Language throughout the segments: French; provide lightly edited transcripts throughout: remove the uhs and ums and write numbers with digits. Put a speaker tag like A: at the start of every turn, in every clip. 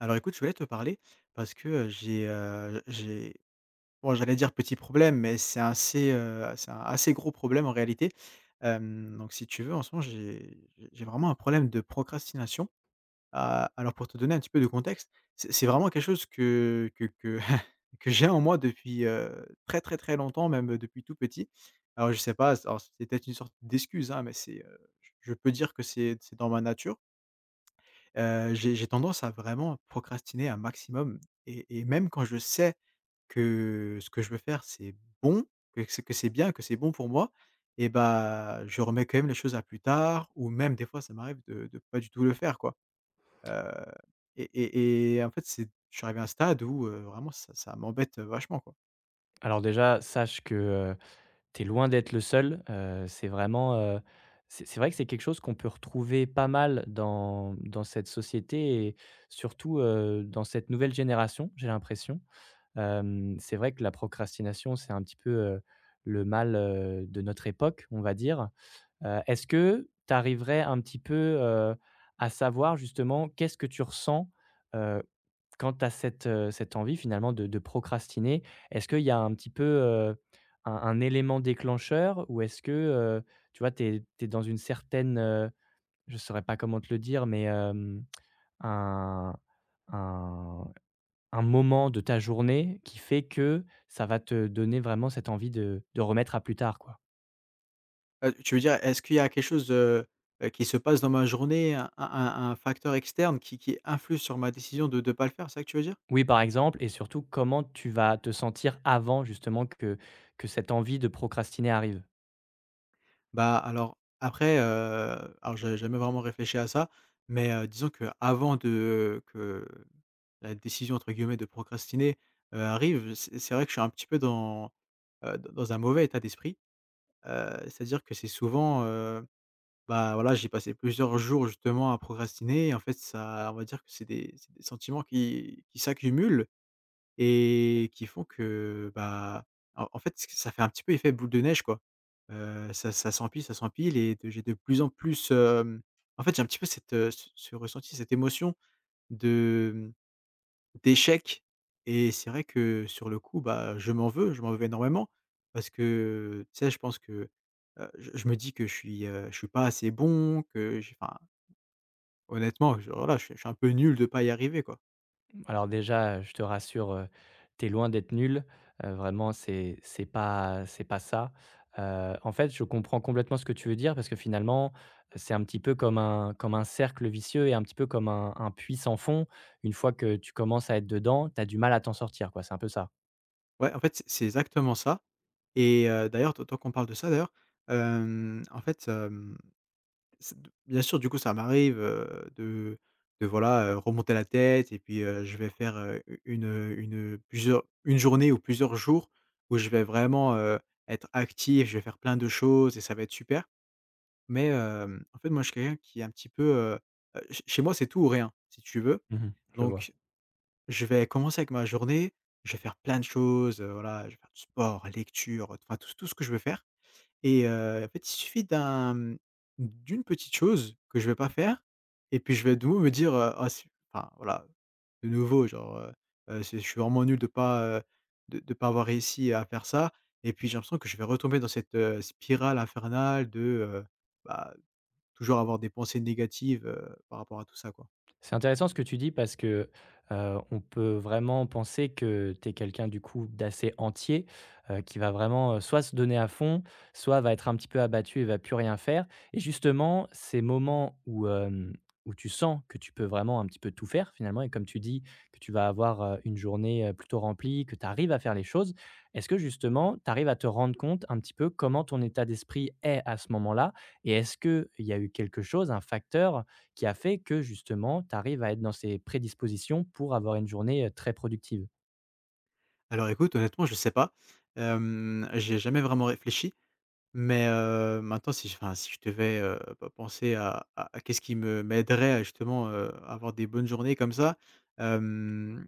A: Alors écoute, je voulais te parler parce que, j'ai bon j'allais dire petit problème, mais c'est un assez gros problème en réalité. Donc si tu veux, en ce moment, j'ai vraiment un problème de procrastination. A alors pour te donner un petit peu de contexte, c'est vraiment quelque chose que que j'ai en moi depuis, très, très, très longtemps, même, depuis tout petit. Alors je sais pas, alors c'est peut-être une sorte d'excuse, hein, mais je peux dire que c'est dans ma nature. J'ai tendance à vraiment procrastiner un maximum et même quand je sais que ce que je veux faire, c'est bon, que c'est bien, que c'est bon pour moi et bah, je remets quand même les choses à plus tard ou même des fois, ça m'arrive de pas du tout le faire, quoi. Heu En fait, c'est je suis arrivé à un stade où, vraiment ça m'embête, vachement, quoi.
B: Alors déjà, sache que, tu loin d'être le seul. C'est vraiment, c'est vrai que c'est quelque chose qu'on peut retrouver pas mal dans cette société et surtout, dans cette nouvelle génération, j'ai l'impression. C'est vrai que la procrastination, c'est un petit peu, le mal, de notre époque, on va dire. Est-ce que tu arriverais un petit peu, heu, à savoir justement qu'est-ce que tu ressens, heu, quand tu as cette, cette envie finalement de procrastiner, est-ce qu'il y a un petit peu, un élément déclencheur? Ou est-ce que, tu vois, tu es dans une certaine, je ne saurais pas comment te le dire, mais, un un un moment de ta journée qui fait que ça va te donner vraiment cette envie de remettre à plus tard, quoi?
A: Tu veux dire, est-ce qu'il y a quelque chose, qui se passe dans ma journée, un facteur externe qui influe sur ma décision de ne pas le faire, c'est ça que tu veux dire?
B: Oui, par exemple, et surtout, comment tu vas te sentir avant justement que cette envie de procrastiner arrive?
A: Bah, alors après, alors j'avais jamais vraiment réfléchi à ça, mais disons que avant de que la «décision» entre guillemets de procrastiner, arrive, c'est vrai que je suis un petit peu dans un mauvais état d'esprit. C'est-à-dire que c'est souvent, bah, voilà, j'ai passé plusieurs jours justement à procrastiner et en fait ça on va dire que c'est des sentiments qui s'accumulent et qui font que, bah, en en fait, c ça fait un petit peu effet boule de neige, quoi. Ça s'empile, ça s'empile et de j'ai de plus en plus, en fait, j'ai un petit peu ce ressenti, cette émotion de, mmh, d'échec. Et c'est vrai que sur le coup, bah, je m'en veux énormément parce que, tu sais, je pense que, je me dis que je suis pas assez bon, que j'ai enfin, honnêtement, je voilà, je suis un peu nul de pas y arriver, quoi.
B: Alors déjà, je te rassure, tu loin d'être nul, vraiment c'est pas c'est pas ça. En fait, je comprends complètement ce que tu veux dire parce que finalement, c'est un petit peu comme un cercle vicieux et un petit peu comme un puits sans fond. Une fois que tu commences à être dedans, t'as du mal à t'en sortir, quoi, c'est un peu ça?
A: Ouais, en fait, c'est exactement ça. Et d'ailleurs, tant qu'on parle de ça d'ailleurs, en fait, c'est bien sûr, du coup, ça m'arrive, de voilà, remonter la tête et puis, je vais faire, une, une journée ou plusieurs jours où je vais vraiment, être actif, je vais faire plein de choses et ça va être super. Mais, en fait, moi, je suis quelqu'un qui est un petit peu, ch chez moi, c'est tout ou rien, si tu veux.
B: Mmh mh. Je le vois.
A: Donc je vais commencer avec ma journée, je vais faire plein de choses, voilà, je vais faire du sport, lecture, enfin tout ce que je veux faire et en fait, il suffit d'une petite chose que je vais pas faire et puis je vais de nouveau me dire, «Ah si» enfin voilà, de nouveau genre, c'est je suis vraiment nul de pas avoir réussi à faire ça et puis j'ai l'impression que je vais retomber dans cette spirale infernale de bah, toujours avoir des pensées négatives, par rapport à tout ça, quoi.
B: C'est intéressant ce que tu dis parce que, on peut vraiment penser que tu es quelqu'un du coup d'assez entier, qui va vraiment, soit se donner à fond, soit va être un petit peu abattu et va plus rien faire, et justement ces moments où, où tu sens que tu peux vraiment un petit peu tout faire finalement, et comme tu dis que tu vas avoir, une journée, plutôt remplie, que tu arrives à faire les choses. Est-ce que justement tu arrives à te rendre compte un petit peu comment ton état d'esprit est à ce moment-là? Et est-ce qu'il y a eu quelque chose, un facteur, qui a fait que justement, tu arrives à être dans ces prédispositions pour avoir une journée, très productive?
A: Alors écoute, honnêtement, je sais pas, j'y jamais vraiment réfléchi. Mais, maintenant si je enfin si je devais, bah, penser à qu'est-ce qui me m'aiderait à justement, avoir des bonnes journées comme ça? Hem,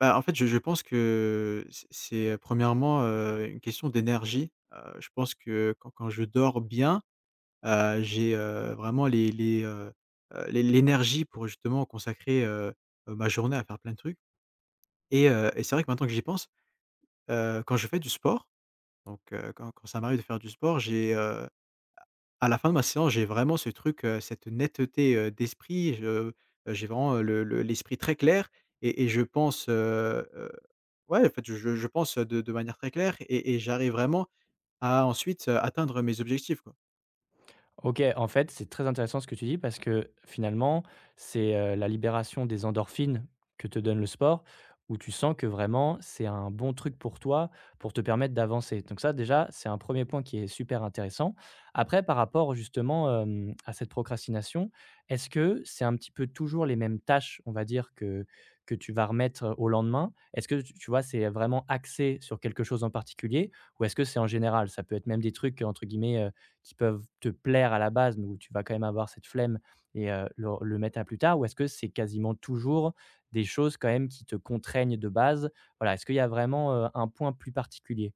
A: Bah, en fait, je pense que c'est premièrement, une question d'énergie. Je pense que quand je dors bien, j'ai, vraiment les, l'é l'énergie pour justement consacrer, ma journée à faire plein de trucs et c'est vrai que maintenant que j'y pense, quand je fais du sport, donc, quand ça m'arrive de faire du sport. À la fin de ma séance, j'ai vraiment ce truc, cette netteté, d'esprit. J'ai vraiment, le l'esprit très clair et je pense, heu, ouais, en fait, je pense, de manière très claire et j'arrive vraiment à ensuite, atteindre mes objectifs, quoi.
B: OK, en fait, c'est très intéressant ce que tu dis parce que finalement, c'est, la libération des endorphines que te donne le sport, où tu sens que vraiment c'est un bon truc pour toi, pour te permettre d'avancer. Donc ça déjà, c'est un premier point qui est super intéressant. Après par rapport justement, à cette procrastination, est-ce que c'est un petit peu toujours les mêmes tâches, on va dire, que tu vas remettre au lendemain? Est-ce que tu vois, c'est vraiment axé sur quelque chose en particulier, ou est-ce que c'est en général? Ça peut être même des trucs, entre guillemets, qui peuvent te plaire à la base, mais où tu vas quand même avoir cette flemme et le mettre à plus tard? Ou est-ce que c'est quasiment toujours des choses quand même qui te contraignent de base? Voilà, est-ce qu'il y a vraiment, un point plus particulier?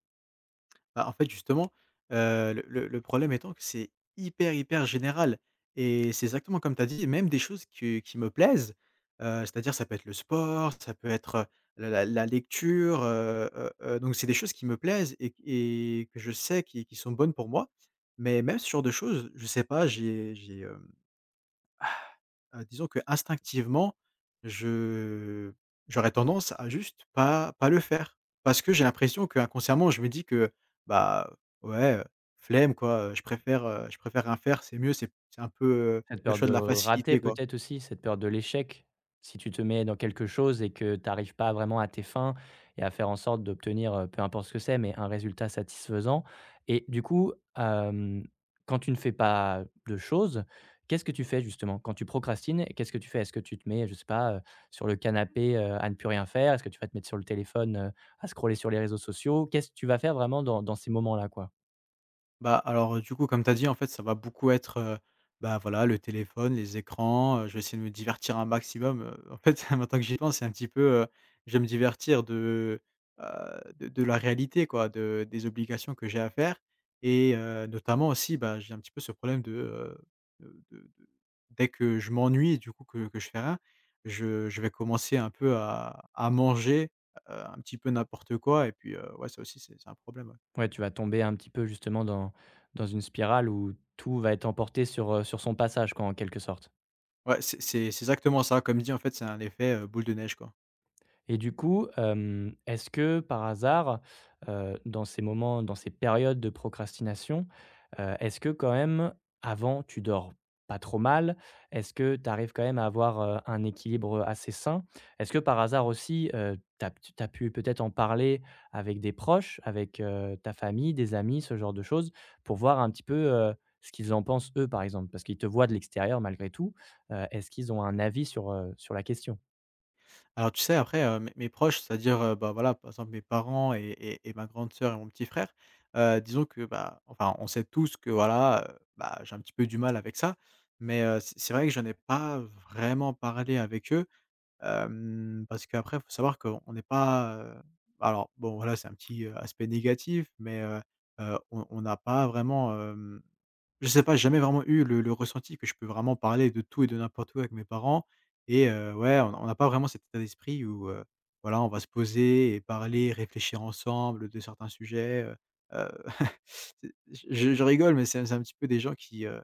A: Bah, en fait, justement, le problème étant que c'est hyper, hyper général et c'est exactement comme tu as dit, même des choses qui me plaisent, c'est-à-dire ça peut être le sport, ça peut être, la lecture, donc c'est des choses qui me plaisent et que je sais qui sont bonnes pour moi, mais même ce genre de choses, je sais pas, j'ai disons que instinctivement je j'aurais tendance à juste pas le faire. Parce que j'ai l'impression qu'inconsciemment, je me dis que, bah, ouais, flemme quoi, je préfère rien faire, c'est mieux, c'est un peu,
B: Cette
A: le
B: peur
A: choix
B: de
A: de la
B: rater
A: facilité quoi.
B: peut-être aussi, cette peur de l'échec. Si tu te mets dans quelque chose et que tu arrives pas vraiment à tes fins et à faire en sorte d'obtenir, peu importe ce que c'est, mais un résultat satisfaisant, et du coup, quand tu ne fais pas de choses, qu'est-ce que tu fais justement? Quand tu procrastines, qu'est-ce que tu fais? Est-ce que tu te mets, je sais pas, sur le canapé, à ne plus rien faire? Est-ce que tu vas te mettre sur le téléphone, à scroller sur les réseaux sociaux? Qu'est-ce que tu vas faire vraiment dans ces moments-là, quoi?
A: Bah, alors, du coup, comme tu as dit, en fait, ça va beaucoup être, bah, voilà, le téléphone, les écrans, je vais essayer de me divertir un maximum, en fait, maintenant que j'y pense, c'est un petit peu, je vais me divertir de la réalité, quoi, de des obligations que j'ai à faire et notamment aussi, bah, j'ai un petit peu ce problème de dès que je m'ennuie, du coup, que je fais rien, je vais commencer un peu à manger, un petit peu n'importe quoi et puis, ouais, ça aussi, c'est un problème, ouais.
B: Ouais, tu vas tomber un petit peu justement dans une spirale où tout va être emporté sur, sur son passage, quoi, en quelque sorte.
A: Ouais, c'est exactement ça. Comme dit, en fait, c'est un effet, boule de neige, quoi.
B: Et du coup, est-ce que par hasard, dans ces moments, dans ces périodes de procrastination, est-ce que quand même, avant, tu dors pas trop mal? Est-ce que tu arrives quand même à avoir, un équilibre assez sain? Est-ce que par hasard aussi, tu as pu peut-être en parler avec des proches, avec, ta famille, des amis, ce genre de choses, pour voir un petit peu, ce qu'ils en pensent eux, par exemple? Parce qu'ils te voient de l'extérieur malgré tout, est-ce qu'ils ont un avis sur, sur la question?
A: Alors tu sais, après, mes proches, c'est-à-dire, bah, voilà, par exemple, mes parents et ma grande sœur et mon petit frère, disons que, bah, enfin, on sait tous que, voilà, bah, j'ai un petit peu du mal avec ça. Mais, c'est vrai que j'en ai pas vraiment parlé avec eux. Parce qu'après, faut savoir qu'on n'est pas, alors bon, voilà, c'est un petit, aspect négatif, mais on n'a pas vraiment, je sais pas, j'ai jamais vraiment eu le ressenti que je peux vraiment parler de tout et de n'importe où avec mes parents et ouais, on n'a pas vraiment cet état d'esprit où, voilà, on va se poser et parler, réfléchir ensemble de certains sujets, heu, c'est je rigole, mais c'est un petit peu des gens qui, heu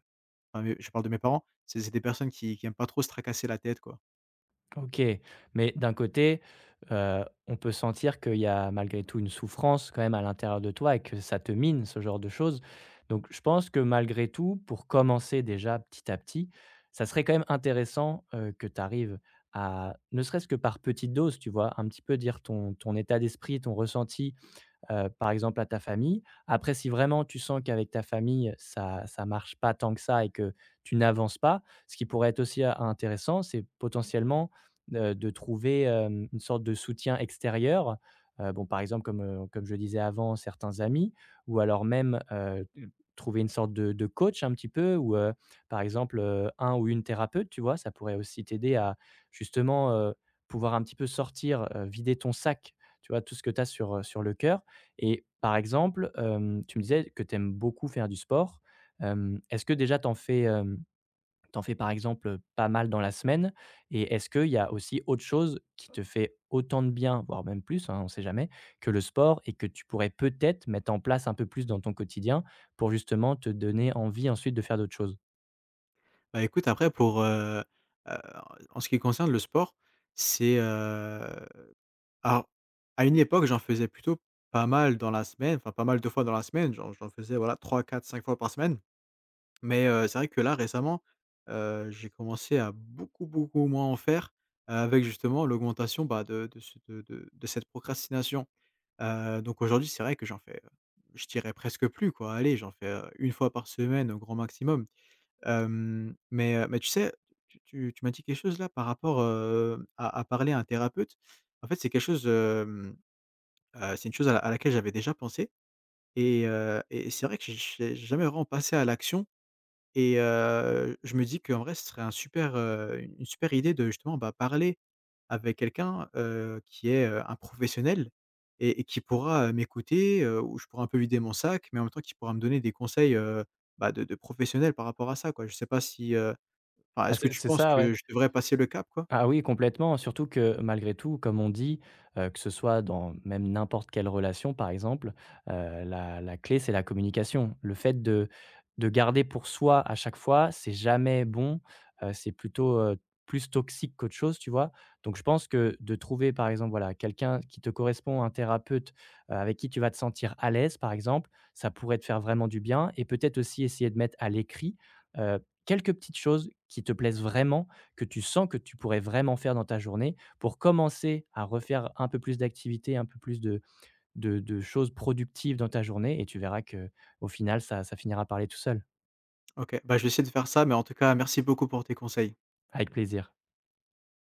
A: Enfin, mes je parle de mes parents, c'est des personnes qui aiment pas trop se tracasser la tête, quoi.
B: OK, mais d'un côté, on peut sentir qu'il y a malgré tout une souffrance quand même à l'intérieur de toi et que ça te mine ce genre de choses. Donc je pense que malgré tout, pour commencer déjà petit à petit, ça serait quand même intéressant, que tu arrives à ne serait-ce que par petite dose, tu vois? Un petit peu dire ton état d'esprit, ton ressenti, par exemple à ta famille. Après, si vraiment tu sens qu'avec ta famille, ça marche pas tant que ça et que tu n'avances pas, ce qui pourrait être aussi, intéressant, c'est potentiellement, de trouver, une sorte de soutien extérieur. Bon, par exemple, comme, comme je le disais avant, certains amis, ou alors même, trouver une sorte de coach un petit peu, ou, par exemple, un ou une thérapeute, tu vois? Ça pourrait aussi t'aider à justement, pouvoir un petit peu sortir, vider ton sac, tu vois? Tout ce que tu as sur, sur le cœur. Et par exemple, tu me disais que tu aimes beaucoup faire du sport. Est-ce que déjà t'en fais, tu fais par exemple, pas mal dans la semaine? Et est-ce qu'il y a aussi autre chose qui te fait autant de bien, voire même plus, hein, on ne sait jamais, que le sport, et que tu pourrais peut-être mettre en place un peu plus dans ton quotidien pour justement te donner envie ensuite de faire d'autres choses?
A: Bah, écoute, heu, en ce qui concerne le sport, c'est, heu, alors, à une époque, j'en faisais plutôt pas mal dans la semaine, enfin, pas mal 2 fois dans la semaine, j'en faisais, voilà, trois, quatre, cinq fois par semaine. Mais, c'est vrai que là récemment, j'ai commencé à beaucoup, beaucoup moins en faire, avec justement l'augmentation, bah, de ce de cette procrastination. Donc aujourd'hui, c'est vrai que je dirais presque plus quoi. Allez, j'en fais, une fois par semaine au grand maximum. Mais tu sais, tu m'as dit quelque chose là par rapport, à parler à un thérapeute. En fait, c'est quelque chose, c'est une chose à laquelle j'avais déjà pensé et c'est vrai que j'ai jamais vraiment passé à l'action. Et je me dis qu'en vrai, ce serait une super idée de justement, bah, parler avec quelqu'un, qui est, un professionnel et qui pourra, m'écouter, où je pourrais un peu vider mon sac, mais en même temps qui pourra me donner des conseils, bah, de professionnel par rapport à ça, quoi. Je sais pas si, enfin, est-ce
B: Parce
A: que tu
B: c'est
A: penses
B: ça, ouais.
A: que je devrais passer le cap, quoi?
B: Ah oui, complètement. Surtout que malgré tout, comme on dit, que ce soit dans même n'importe quelle relation, par exemple, la clé, c'est la communication. Le fait de garder pour soi à chaque fois, c'est jamais bon, c'est plutôt, plus toxique qu'autre chose, tu vois? Donc je pense que de trouver, par exemple, voilà, quelqu'un qui te correspond, un thérapeute, avec qui tu vas te sentir à l'aise, par exemple, ça pourrait te faire vraiment du bien, et peut-être aussi essayer de mettre à l'écrit, heu, quelques petites choses qui te plaisent vraiment, que tu sens que tu pourrais vraiment faire dans ta journée pour commencer à refaire un peu plus d'activités, un peu plus de de choses productives dans ta journée, et tu verras que au final, ça finira par aller tout seul.
A: OK, bah, je vais essayer de faire ça, mais en tout cas, merci beaucoup pour tes conseils.
B: Avec plaisir.